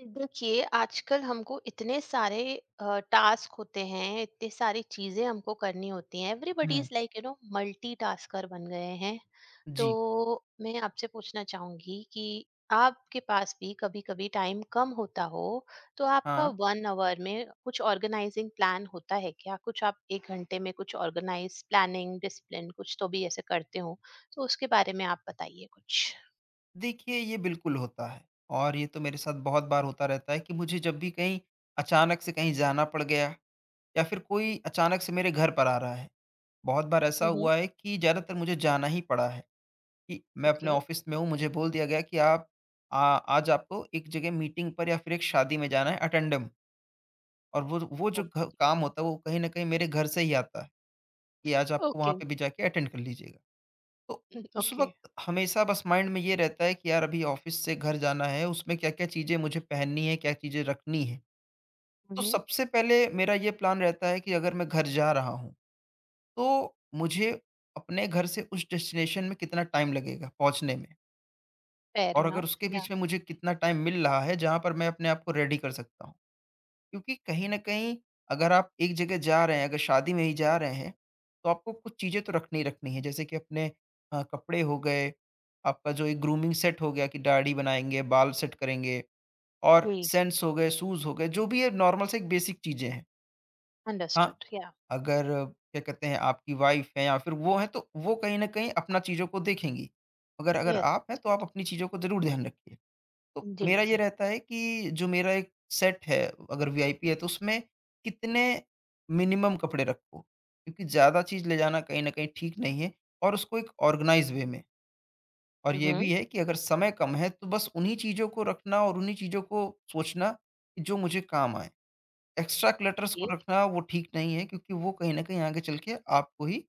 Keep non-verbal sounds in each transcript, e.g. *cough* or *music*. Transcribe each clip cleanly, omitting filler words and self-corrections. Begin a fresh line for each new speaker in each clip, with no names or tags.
देखिए, आजकल हमको इतने सारे टास्क होते हैं, इतनी सारी चीज़ें हमको करनी होती हैं। Everybody
hmm.
Is like you know multitasker बन गए हैं। तो
जी,
मैं आपसे पूछना चाहूँगी कि आपके पास भी कभी-कभी टाइम कम होता हो, तो आपका
हाँ।
1 आवर में कुछ ऑर्गनाइज़िंग प्लान होता है क्या? कुछ आप 1 घंटे में कुछ ऑर्गनाइज़, प्लानिंग, डिसिप्लिन कुछ तो भी ऐसे करते हो, तो उसके बारे में आप बताइए कुछ?
देखिए, ये बिल्कुल होता है और ये तो मेरे साथ बहुत बार होता रहता है कि मुझे जब भी कहीं अचानक से कहीं जाना पड़ गया या फिर कोई अचानक से मेरे घर पर आ रहा है। बहुत बार ऐसा
हुँ, हुँ।
हुआ है कि ज़्यादातर मुझे जाना ही पड़ा है, कि मैं अपने
ओके,
ऑफ़िस में हूँ, मुझे बोल दिया गया कि आप आ आज आपको एक जगह मीटिंग पर या फिर एक शादी में जाना है अटेंडम। और वो जो घ
ओके,
काम होता है, वो कहीं न कहीं मेरे घर से ही आता है, कि आज आपको वहाँ
ओके,
पे भी जाके अटेंड कर लीजिएगा। तो उस
ओके।
वक़्त हमेशा बस माइंड में ये रहता है कि यार अभी ऑफ़िस से घर जाना है, उसमें क्या-क्या चीज़ें मुझे पहननी है, क्या चीज़ें रखनी है। तो
Mhm.
सबसे पहले मेरा ये प्लान रहता है कि अगर मैं घर जा रहा हूँ, तो मुझे अपने घर से उस डेस्टिनेशन में कितना टाइम लगेगा पहुँचने में,
Fair
और अगर
enough.
उसके
Yeah.
बीच में मुझे कितना टाइम मिल रहा है, जहाँ पर मैं अपने आप को रेडी कर सकता हूँ। क्योंकि कहीं न कहीं अगर आप एक जगह जा रहे हैं, अगर शादी में ही जा रहे हैं, तो आपको कुछ चीज़ें तो रखनी ही रखनी है। जैसे कि अपने कपड़े हो गए, आपका जो एक ग्रूमिंग सेट हो गया कि दाढ़ी बनाएँगे, बाल सेट करेंगे, और
जी।
सेंट्स हो गए, शूज़ हो गए, जो भी ये नॉर्मल से एक बेसिक चीज़ें हैं। हाँ,
Understood. Yeah.
अगर क्या कहते हैं, आपकी वाइफ़ है या फिर वो है, तो वो कहीं न कहीं अपना चीज़ों को देखेंगी। मगर अगर
Yes.
आप हैं तो आप अपनी चीज़ों को ज़रूर ध्यान रखिए। तो
जी,
मेरा ये
जी।
रहता है कि जो मेरा एक सेट है, अगर वीआईपी है तो उसमें कितने मिनिमम कपड़े रखो, क्योंकि ज़्यादा चीज़ ले जाना कहीं न कहीं ठीक नहीं है, और उसको एक ऑर्गेनाइज़ वे में। और
हुँ,
ये भी
हुँ।
है कि अगर समय कम है तो बस उन्हीं चीज़ों को रखना और उन्हीं चीज़ों को सोचना, कि जो मुझे काम आएँ। एक्स्ट्रा क्लटर्स को रखना वो ठीक नहीं है, क्योंकि वो कहीं न कहीं आगे चल के आपको ही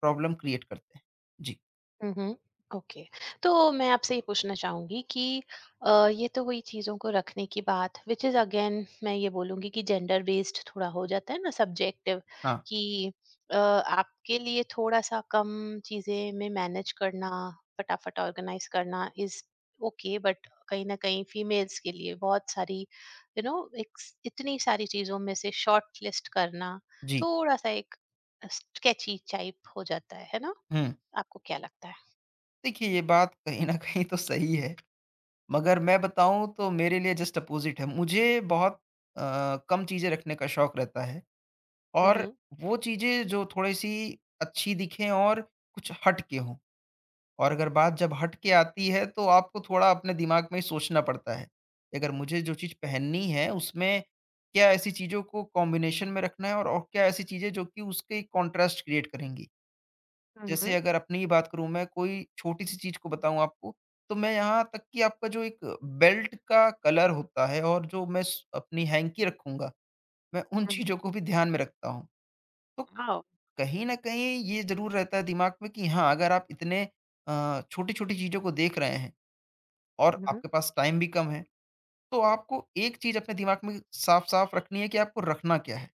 प्रॉब्लम क्रिएट करते हैं। जी,
हुँ। ओके। तो मैं आपसे ये पूछना चाहूँगी कि ये तो हुई चीज़ों को रखने की बात व्हिच इज़ अगेन मैं ये बोलूँगी कि जेंडर बेस्ड थोड़ा हो जाता है ना सब्जेक्टिव
हाँ,
कि आपके लिए थोड़ा-सा कम चीज़ें में मैनेज करना, फटाफट ऑर्गनाइज़ करना इज़ ओके बट कहीं न कहीं फीमेल्स के लिए बहुत सारी यू नो इक्स इतनी सारी चीज़ों में से शॉर्ट लिस्ट करना
जी,
थोड़ा-सा एक स्केची टाइप हो जाता है ना?
हुँ।
आपको क्या लगता है?
देखिए, ये बात कहीं न कहीं तो सही है। मगर मैं बताऊँ तो मेरे लिए जस्ट अपोज़िट है। मुझे बहुत कम चीज़ें रखने का शौक रहता है, और
Mhm,
वो चीज़ें जो थोड़ी-सी अच्छी दिखें और कुछ हट के हों। और अगर बात जब हट के आती है, तो आपको थोड़ा अपने दिमाग में ही सोचना पड़ता है, कि अगर मुझे जो चीज़ पहननी है उसमें क्या ऐसी चीज़ों को कॉम्बिनेशन में रखना है, और क्या ऐसी चीज़ें जो कि उसके कॉन्ट्रास्ट क्रिएट करेंगी। जैसे
mhm,
अगर अपनी ही बात करूँ मैं, कोई छोटी-सी चीज़ को बताऊँ आपको, तो मैं यहाँ तक कि आपका जो एक बेल्ट का कलर होता है और जो मैं स अपनी हैंकी रखूँगा, मैं उन
mhm,
चीज़ों को भी ध्यान में रखता हूँ। तो
वाओ!
कहीं न कहीं ये ज़रूर रहता है दिमाग में कि हाँ, अगर आप इतने छोटी-छोटी चीज़ों को देख रहे हैं और
Mhm,
आपके पास टाइम भी कम है, तो आपको एक चीज़ अपने दिमाग में साफ-साफ रखनी है कि आपको रखना क्या है।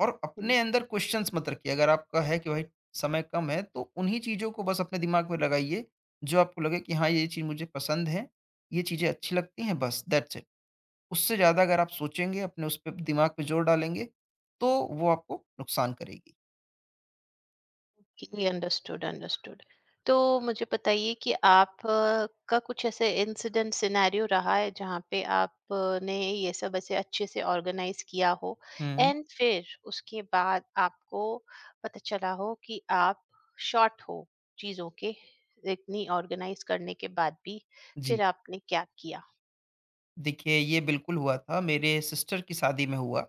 और अपने अंदर क्वेश्चंस मत रखिए। अगर आपका है कि भाई समय कम है, तो उन्हीं चीज़ों को बस अपने दिमाग में लगाइए, जो आपको लगे कि हाँ, ये चीज़ मुझे पसंद है, ये चीज़ें अच्छी लगती हैं, बस दैट्स इट। उससे ज़्यादा अगर आप सोचेंगे, अपने उस पे दिमाग पे ज़ोर डालेंगे, तो वो आपको नुकसान करेगी।
जी, अंडरस्टूड, अंडरस्टूड। तो मुझे बताइए कि आप का कुछ ऐसे इंसिडेंट सिनेरियो रहा है जहाँ पे आपने ये सब ऐसे अच्छे से ऑर्गेनाइज़ किया हो
हुँ।
एंड फिर उसके बाद आपको पता चला हो कि आप शॉर्ट हो चीज़ों के इतनी ऑर्गेनाइज़ करने के बाद भी,
जी,
फिर आपने क्या किया?
देखिए, ये बिल्कुल हुआ था, मेरे सिस्टर की शादी में हुआ,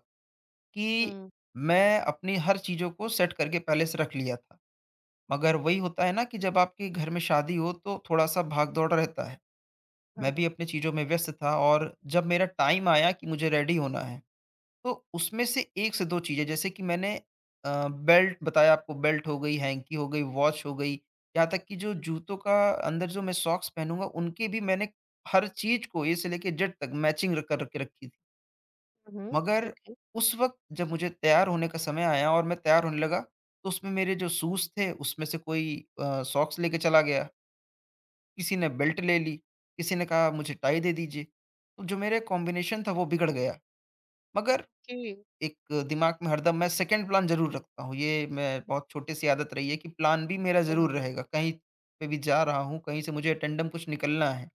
कि
हुँ,
मैं अपनी हर चीज़ों को सेट करके पहले से रख लिया था। मगर वही होता है ना कि जब आपके घर में शादी हो तो थोड़ा-सा भाग-दौड़ रहता है। मैं
हुँ,
भी अपनी चीज़ों में व्यस्त था, और जब मेरा टाइम आया कि मुझे रेडी होना है, तो उसमें से 1 से 2 चीज़ें, जैसे कि मैंने बेल्ट बताया आपको, बेल्ट हो गई, हैंकी हो गई, वॉच हो गई, यहाँ तक कि जो
हुँ,
जूतों का अंदर जो मैं सॉक्स पहनूँगा उनकी भी मैंने हर चीज़ को ए से लेके जेड तक मैचिंग र कर के रखी थी।
हुँ,
मगर
ओके,
उस वक़्त जब मुझे तैयार होने का समय आया और मैं तैयार होने लगा, तो उसमें मेरे जो शूज़ थे उसमें से कोई सॉक्स लेके चला गया। किसी ने बेल्ट ले ली, किसी ने कहा मुझे टाई दे दीजिए। तो जो मेरे कॉम्बिनेशन था वो बिगड़ गया। मगर एक दिमाग में हरदम मैं सेकंड प्लान ज़रूर रखता हूँ। ये मैं बहुत छोटे से आदत रही है कि प्लान बी मेरा
वाओ!
ज़रूर रहेगा। कहीं पे भी जा रहा हूँ, कहीं से मुझे अटेंडम कुछ निकलना है।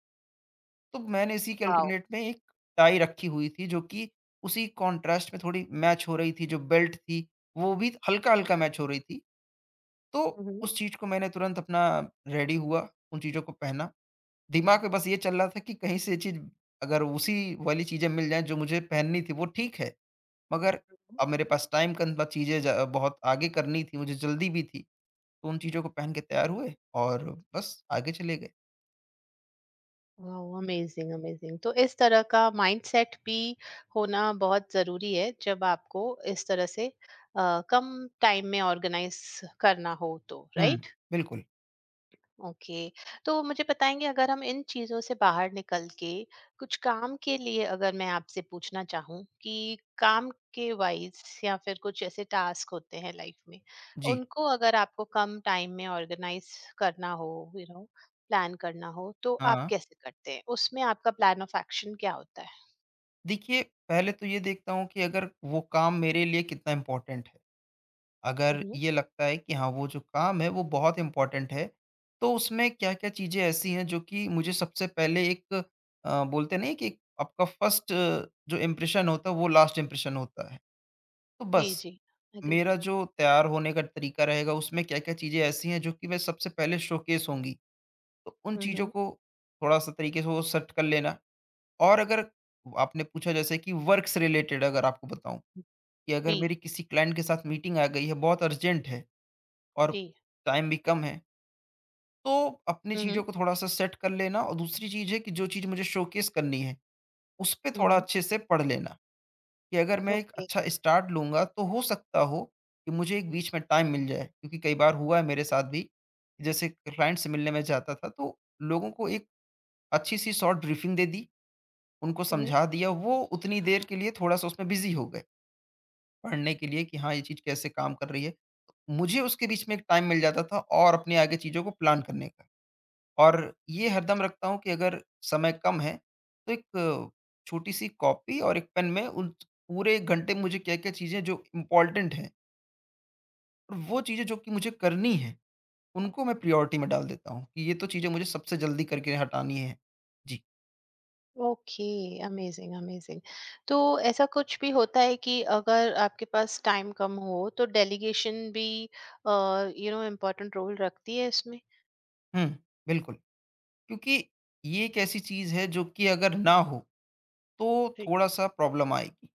तो मैंने इसी के
वाओ!
अल्टरनेट में एक टाई रखी हुई थी, जो कि उसी कॉन्ट्रास्ट में थोड़ी मैच हो रही थी। जो बेल्ट थी वो भी हल्का-हल्का मैच हो रही थी। तो
हुँ, हुँ।
उस चीज़ को मैंने तुरंत अपना रेडी हुआ, उन चीज़ों को पहना। दिमाग में बस ये चल रहा था कि कहीं से ये चीज़, अगर उसी वाली चीज़ें मिल जाएँ जो मुझे पहननी थी वो ठीक है, मगर अब मेरे पास टाइम कम था, चीज़ें ज बहुत आगे करनी थी, मुझे जल्दी भी थी, तो उन चीज़ों को पहन के तैयार हुए और बस आगे चले गए।
वाओ! Amazing, amazing. तो इस तरह का माइंडसेट भी होना बहुत ज़रूरी है, जब आपको इस तरह से कम टाइम में ऑर्गेनाइज़ करना हो तो,
हुँ।
राइट?
बिल्कुल,
ओके। तो मुझे बताएँगे अगर हम इन चीज़ों से बाहर निकल के कुछ काम के लिए अगर मैं आपसे पूछना चाहूँ कि काम के वाइज़ या फिर कुछ ऐसे टास्क होते हैं लाइफ़ में,
जी।
उनको अगर आपको कम टाइम में ऑर्गेनाइज़ करना हो, यू नो प्लान करना हो, तो आप
हाँ,
कैसे करते हैं? उसमें आपका प्लान ऑफ एक्शन क्या होता है?
देखिए, पहले तो ये देखता हूँ कि अगर वो काम मेरे लिए कितना इम्पोर्टेंट है।
हुँ,
अगर
हुँ।
ये लगता है कि हाँ वो जो काम है वो बहुत इम्पोर्टेंट है, तो उसमें क्या क्या चीज़ें ऐसी हैं जो कि मुझे सबसे पहले एक बोलते नहीं कि आपका फर्स्ट जो इम्प्रेशन होता है वो लास्ट इम्प्रेशन होता है, तो
जी,
बस
जी। एग्रीड।
मेरा जो तैयार होने का तरीका रहेगा उसमें क्या क्या चीज़ें ऐसी हैं जो कि वह सबसे पहले शोकेस होंगी, तो उन
हुँ,
चीज़ों
हुँ।
को थोड़ा सा तरीके से वो सेट कर लेना। और अगर आपने पूछा, जैसे कि वर्क से रिलेटेड अगर आपको बताऊं, कि अगर मेरी
जी,
किसी क्लाइंट के साथ मीटिंग आ गई है, बहुत अर्जेंट है और
जी।
टाइम भी कम है, तो अपनी
हुँ,
चीज़ों
हुँ।
को थोड़ा-सा सेट कर लेना, और दूसरी चीज़ है कि जो चीज़ मुझे शोकेस करनी है, उस पे
हुँ,
थोड़ा
हुँ।
अच्छे से पढ़ लेना, कि अगर मैं एक
ओके।
अच्छा स्टार्ट लूँगा, तो हो सकता हो कि मुझे एक बीच में टाइम मिल जाए। क्योंकि कई बार हुआ है मेरे साथ भी, जैसे क्लाइंट से मिलने में जाता था, तो लोगों को एक अच्छी-सी शॉर्ट ब्रीफिंग दे दी, उनको
हुँ, हुँ।
समझा दिया, वो उतनी देर के लिए थोड़ा-सा उसमें बिज़ी हो गए, पढ़ने के लिए कि हाँ, ये चीज़ कैसे काम कर रही है। मुझे उसके बीच में एक टाइम मिल जाता था, और अपने आगे चीज़ों को प्लान करने का। और ये हरदम रखता हूँ कि अगर समय कम है, तो एक छोटी-सी कॉपी और एक पेन में उन पूरे एक घंटे में मुझे क्या-क्या चीज़ें जो इम्पोर्टेंट हैं, और वो चीज़ें जो कि मुझे करनी हैं, उनको मैं प्रायोरिटी में डाल देता हूँ, कि ये तो चीज़ें मुझे सबसे जल्दी करके हटानी है। जी।
ओके। Amazing, amazing. तो ऐसा कुछ भी होता है कि अगर आपके पास टाइम कम हो तो डेलीगेशन भी यू नो इम्पोर्टेंट रोल रखती है इसमें?
हुँ, बिल्कुल। क्योंकि ये एक ऐसी चीज़ है जो कि अगर ना हो, तो
राइट।
थोड़ा-सा प्रॉब्लम आएगी,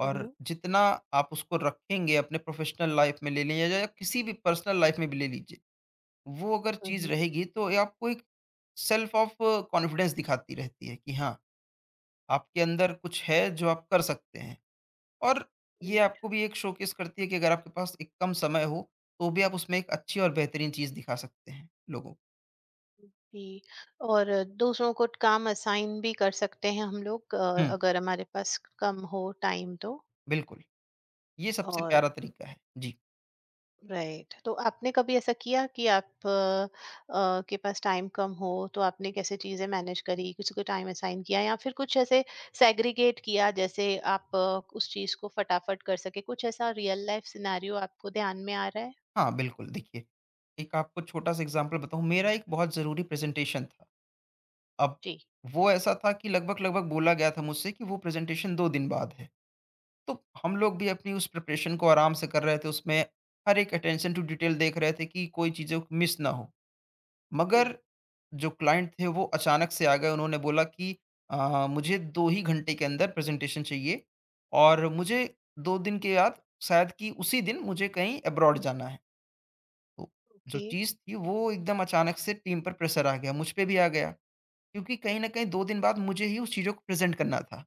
और
हम्म।
जितना आप उसको रखेंगे अपने प्रोफ़ेशनल लाइफ़ में ले लें या किसी भी पर्सनल लाइफ़ में भी ले लीजिए। वो अगर चीज़
हम्म।
रहेगी तो ये आपको एक सेल्फ ऑफ कॉन्फिडेंस दिखाती रहती है कि हाँ, आपके अंदर कुछ है जो आप कर सकते हैं। और ये
राइट।
आपको भी एक शोकेस करती है कि अगर आपके पास एक कम समय हो, तो भी आप उसमें एक अच्छी और बेहतरीन चीज़ दिखा सकते हैं लोगों को।
जी। और दूसरों को काम असाइन भी कर सकते हैं हम लोग
हुँ,
अगर हमारे पास कम हो टाइम तो।
बिल्कुल। ये सबसे
और
प्यारा तरीका है। जी।
राइट, तो आपने कभी ऐसा किया कि आप के पास टाइम कम हो तो आपने कैसे चीजें मैनेज करी? किसी को टाइम असाइन किया या फिर कुछ ऐसे सेग्रीगेट किया जैसे आप उस चीज को फटाफट कर सके? कुछ ऐसा रियल लाइफ सिनेरियो आपको ध्यान में आ रहा है?
हाँ, बिल्कुल, देखिए, एक आपको छोटा-सा एग्ज़ाम्पल बताऊँ, मेरा एक बहुत ज़रूरी प्रेज़ेंटेशन था। अब
जी।
वो ऐसा था कि लगभग-लगभग बोला गया था मुझसे कि वो प्रेज़ेंटेशन 2 दिन बाद है। तो हम लोग भी अपनी उस प्रिपरेशन को आराम से कर रहे थे, उसमें हर एक अटेंशन टू डिटेल देख रहे थे कि कोई चीज़ें मिस ना हो।
जी।
मगर जो क्लाइंट थे वो अचानक से आ गए, उन्होंने बोला कि मुझे 2 ही घंटे के अंदर प्रेज़ेंटेशन चाहिए, और मुझे 2 दिन के बाद, शायद कि उसी दिन, मुझे कहीं अब्रॉड जाना है। तो जो
ओके।
चीज़ थी वो एकदम अचानक से, टीम पर प्रेशर आ गया, मुझ पे भी आ गया, क्योंकि कहीं न कहीं 2 दिन बाद मुझे ही उस चीज़ों को प्रेज़ेंट करना था।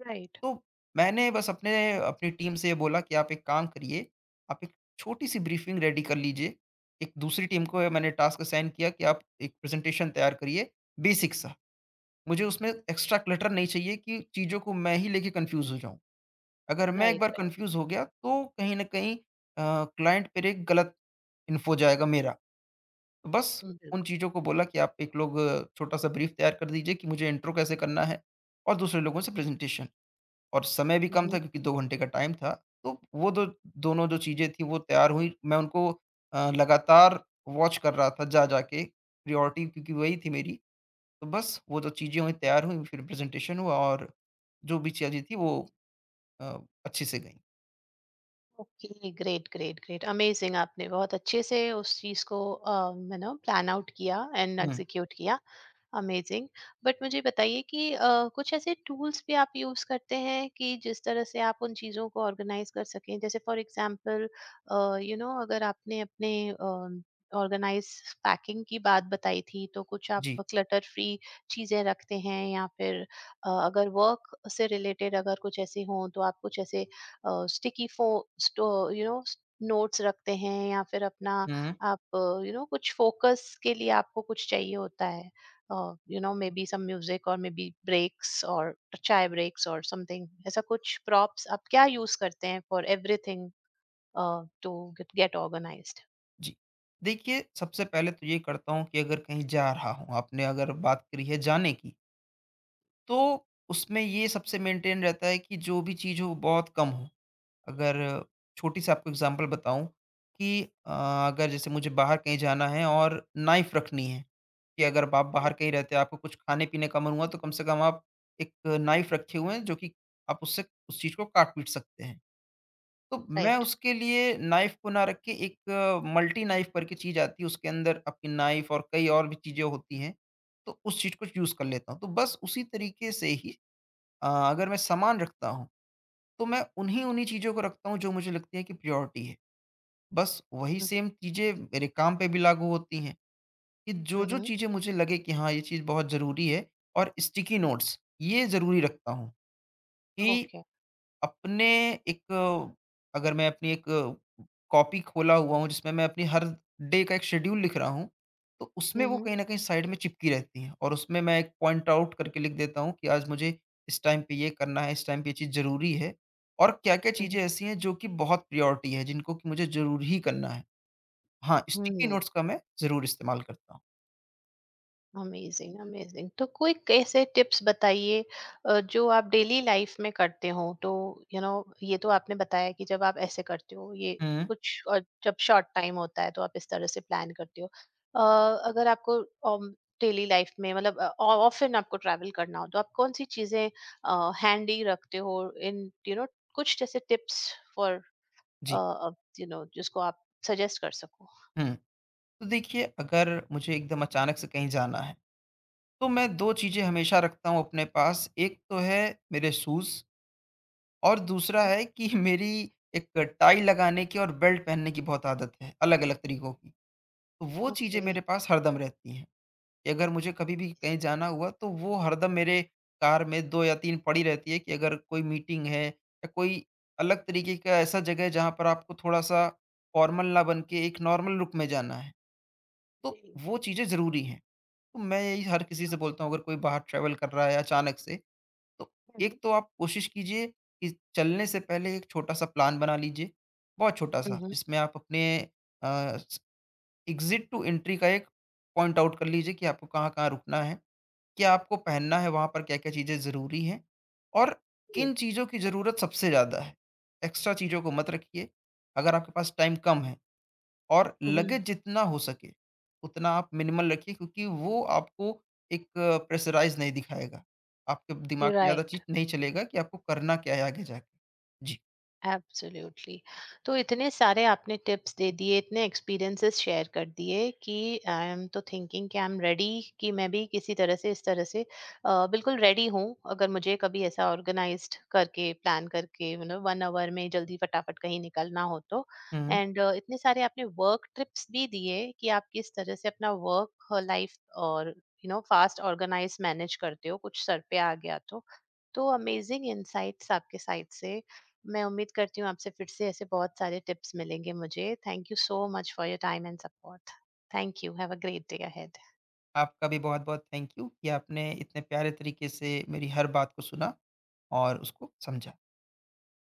राइट,
तो मैंने बस अपने अपनी टीम से ये बोला कि आप एक काम करिए, आप एक छोटी-सी ब्रीफिंग रेडी कर लीजिए। एक दूसरी टीम को मैंने टास्क असाइन किया कि आप एक प्रेज़ेंटेशन तैयार करिए, बेसिक सा। मुझे उसमें एक्स्ट्रा क्लटर नहीं चाहिए कि चीज़ों को मैं ही लेके कन्फ्यूज़ हो जाऊँ। अगर मैं एक
राइट,
बार
राइट।
कन्फ्यूज़ हो गया, तो कहीं न कहीं क्लाइंट पर एक गलत इन्फो जाएगा मेरा। तो बस उन
बिल्कुल।
चीज़ों को बोला कि आप एक लोग छोटा-सा ब्रीफ तैयार कर दीजिए कि मुझे इंट्रो कैसे करना है और दूसरे लोगों से प्रेज़ेंटेशन। और समय भी कम
हम्म,
था, क्योंकि 2 घंटे का टाइम था। तो वो दो दोनों जो चीज़ें थीं वो तैयार हुई। मैं उनको लगातार वॉच कर रहा था जा-जा के, प्रायोरिटी क्योंकि वही थी मेरी। तो बस वो जो चीज़ें हुईं तैयार हुईं, फिर प्रेज़ेंटेशन हुआ और जो भी चीज़ें थीं वो अ, अच्छे से गईं।
Okay. Great, great, great. Amazing, आपने बहुत अच्छे से उस चीज को यू नो प्लान आउट किया एंड
हुँ।
एग्जीक्यूट किया। अमेजिंग। बट मुझे बताइए कि कुछ ऐसे टूल्स भी आप यूज करते हैं कि जिस तरह से आप उन चीजों को ऑर्गेनाइज कर सकें? जैसे फॉर एग्जांपल यू नो अगर आपने अपने ऑर्गेनाइज पैकिंग की बात बताई थी, तो कुछ
जी।
आप क्लटर फ्री चीजें रखते हैं या फिर अगर वर्क से रिलेटेड अगर कुछ ऐसे हों तो आप कुछ ऐसे स्टिकी फो यू नो नोट्स रखते हैं या फिर अपना
हुँ।
आप यू नो कुछ फोकस के लिए आपको कुछ चाहिए होता है? You know, maybe some music or maybe breaks or chai breaks or something, ऐसा कुछ props आप क्या use करते हैं for everything, to get organized?
जी। देखिए, सबसे पहले तो ये करता हूँ कि अगर कहीं जा रहा हूँ, आपने अगर बात करी है जाने की, तो उसमें ये सबसे मेंटेन रहता है कि जो भी चीज़ हो वो बहुत कम हो। अगर छोटी-सी आपको एग्ज़ाम्पल बताऊँ कि अगर जैसे मुझे बाहर कहीं जाना है और नाइफ़ रखनी है, कि अगर आप
Mm.
बाहर कहीं रहते हैं, आपको कुछ खाने-पीने का मन हुआ, तो कम से कम आप एक नाइफ़ रखे हुए हैं, जो कि आप उससे उस चीज़ को काट-पीट सकते हैं। तो मैं
Right.
उसके लिए नाइफ़ को ना रख के एक मल्टी नाइफ़ करके चीज़ आती है, उसके अंदर आपकी नाइफ़ और कई और भी चीज़ें होती हैं, तो उस चीज़ को यूज़ कर लेता हूँ। तो बस उसी तरीके से ही अगर मैं सामान रखता हूँ तो मैं उन्हीं-उन्हीं चीज़ों को रखता हूँ जो मुझे लगती है कि प्रायोरिटी है। बस वही
Mhm,
सेम चीज़ें मेरे काम पे भी लागू होती हैं, कि जो-जो
mhm.
चीज़ें मुझे लगे कि हाँ, ये चीज़ बहुत ज़रूरी है और स्टिकी नोट्स ये ज़रूरी रखता हूँ, कि
Okay.
अपने एक अगर मैं अपनी एक कॉपी खोला हुआ हूँ जिसमें मैं अपनी हर डे का एक शेड्यूल लिख रहा हूँ, तो उसमें वो
Mhm,
कहीं न कहीं साइड में चिपकी रहती हैं और उसमें मैं एक पॉइंट आउट करके लिख देता हूँ कि आज मुझे इस टाइम पे ये करना है, इस टाइम पे ये चीज़ ज़रूरी है और क्या-क्या चीज़ें
mhm.
ऐसी हैं जो कि बहुत प्रायोरिटी है जिनको कि मुझे ज़रूर ही करना है। हाँ, स्टिकी
हुँ,
नोट्स का मैं ज़रूर इस्तेमाल करता हूँ।
Amazing, amazing. तो कोई कैसे टिप्स बताइए जो आप डेली लाइफ़ में करते हो? तो यू नो ये तो आपने बताया कि जब आप ऐसे करते हो ये,
हुँ,
कुछ और जब शॉर्ट टाइम होता है तो आप इस तरह से प्लान करते हो। अगर आपको अम, डेली लाइफ़ में मतलब अ, ऑ ऑफ़न आपको ट्रैवल करना हो तो आप कौन-सी चीज़ें हैंडी रखते हो इन यू नो कुछ जैसे टिप्स फॉर अ
जी।
अ, यू नो जिसको आप सजेस्ट कर सको? हुँ,
हुँ, तो देखिए, अगर मुझे एकदम अचानक से कहीं जाना है तो मैं 2 चीज़ें हमेशा रखता हूँ अपने पास। एक तो है मेरे शूज़ और दूसरा
हुँ।
है कि *laughs* मेरी एक टाई लगाने की और बेल्ट पहनने की बहुत आदत है, अलग-अलग तरीकों की। तो वो चीज़ें
ओके,
मेरे
नाइस,
पास हरदम रहती हैं, कि अगर मुझे कभी भी कहीं जाना हुआ तो वो हरदम मेरे कार में 2 या 3 पड़ी रहती है, कि अगर कोई मीटिंग है या कोई अलग तरीके का ऐसा जगह है जहाँ पर आपको थोड़ा-सा फॉर्मल ना बन के एक नॉर्मल लुक में जाना है, तो वो चीज़ें ज़रूरी हैं। तो मैं यही हर किसी से
ओके।
बोलता हूँ, अगर कोई बाहर ट्रैवल कर रहा है अचानक से, तो
हुँ, हुँ।
एक तो आप कोशिश कीजिए कि चलने से पहले एक छोटा-सा प्लान बना लीजिए, बहुत छोटा-सा,
Mhm.
जिसमें आप अपने अ, स एग्ज़िट टू एंट्री का एक पॉइंट आउट कर लीजिए कि आपको कहाँ-कहाँ रुकना है, क्या आपको पहनना है, वहाँ पर क्या-क्या चीज़ें ज़रूरी हैं और किन चीज़ों की ज़रूरत सबसे ज़्यादा है। एक्स्ट्रा चीज़ों को मत रखिए, अगर आपके पास टाइम कम है। और
Mhm.
लगेज जितना हो सके, उतना आप मिनिमल रखिए, क्योंकि वो आपको एक प्रेशराइज़ नहीं दिखाएगा। आपके दिमाग
You're
में ज़्यादा
right.
चीज़ नहीं चलेगा कि आपको करना क्या है आगे जाके। जी।
एब्सोल्युटली। तो इतने सारे आपने टिप्स दे दिए, इतने एक्सपीरियंसेस शेयर कर दिए कि आई एम तो थिंकिंग कि आई एम रेडी, कि मैं भी किसी तरह से इस तरह से बिल्कुल रेडी हूँ, अगर मुझे कभी ऐसा ऑर्गनाइज़्ड करके, प्लान करके यू नो 1 आवर में जल्दी फटाफट कहीं निकलना हो तो।
हुँ।
एंड इतने सारे आपने वर्क टिप्स भी दिए कि आप किस तरह से अपना वर्क लाइफ़ और you know fast organise manage करते हो, कुछ सर पे आ गया तो। तो अमेजिंग इनसाइट्स आपके साइड से, मैं उम्मीद करती हूँ आपसे फिर से ऐसे बहुत सारे टिप्स मिलेंगे मुझे। Thank you so much for your time and support. Thank you. Have a great day ahead.
आपका भी बहुत-बहुत थैंक यू कि आपने इतने प्यारे तरीके से मेरी हर बात को सुना और उसको समझा।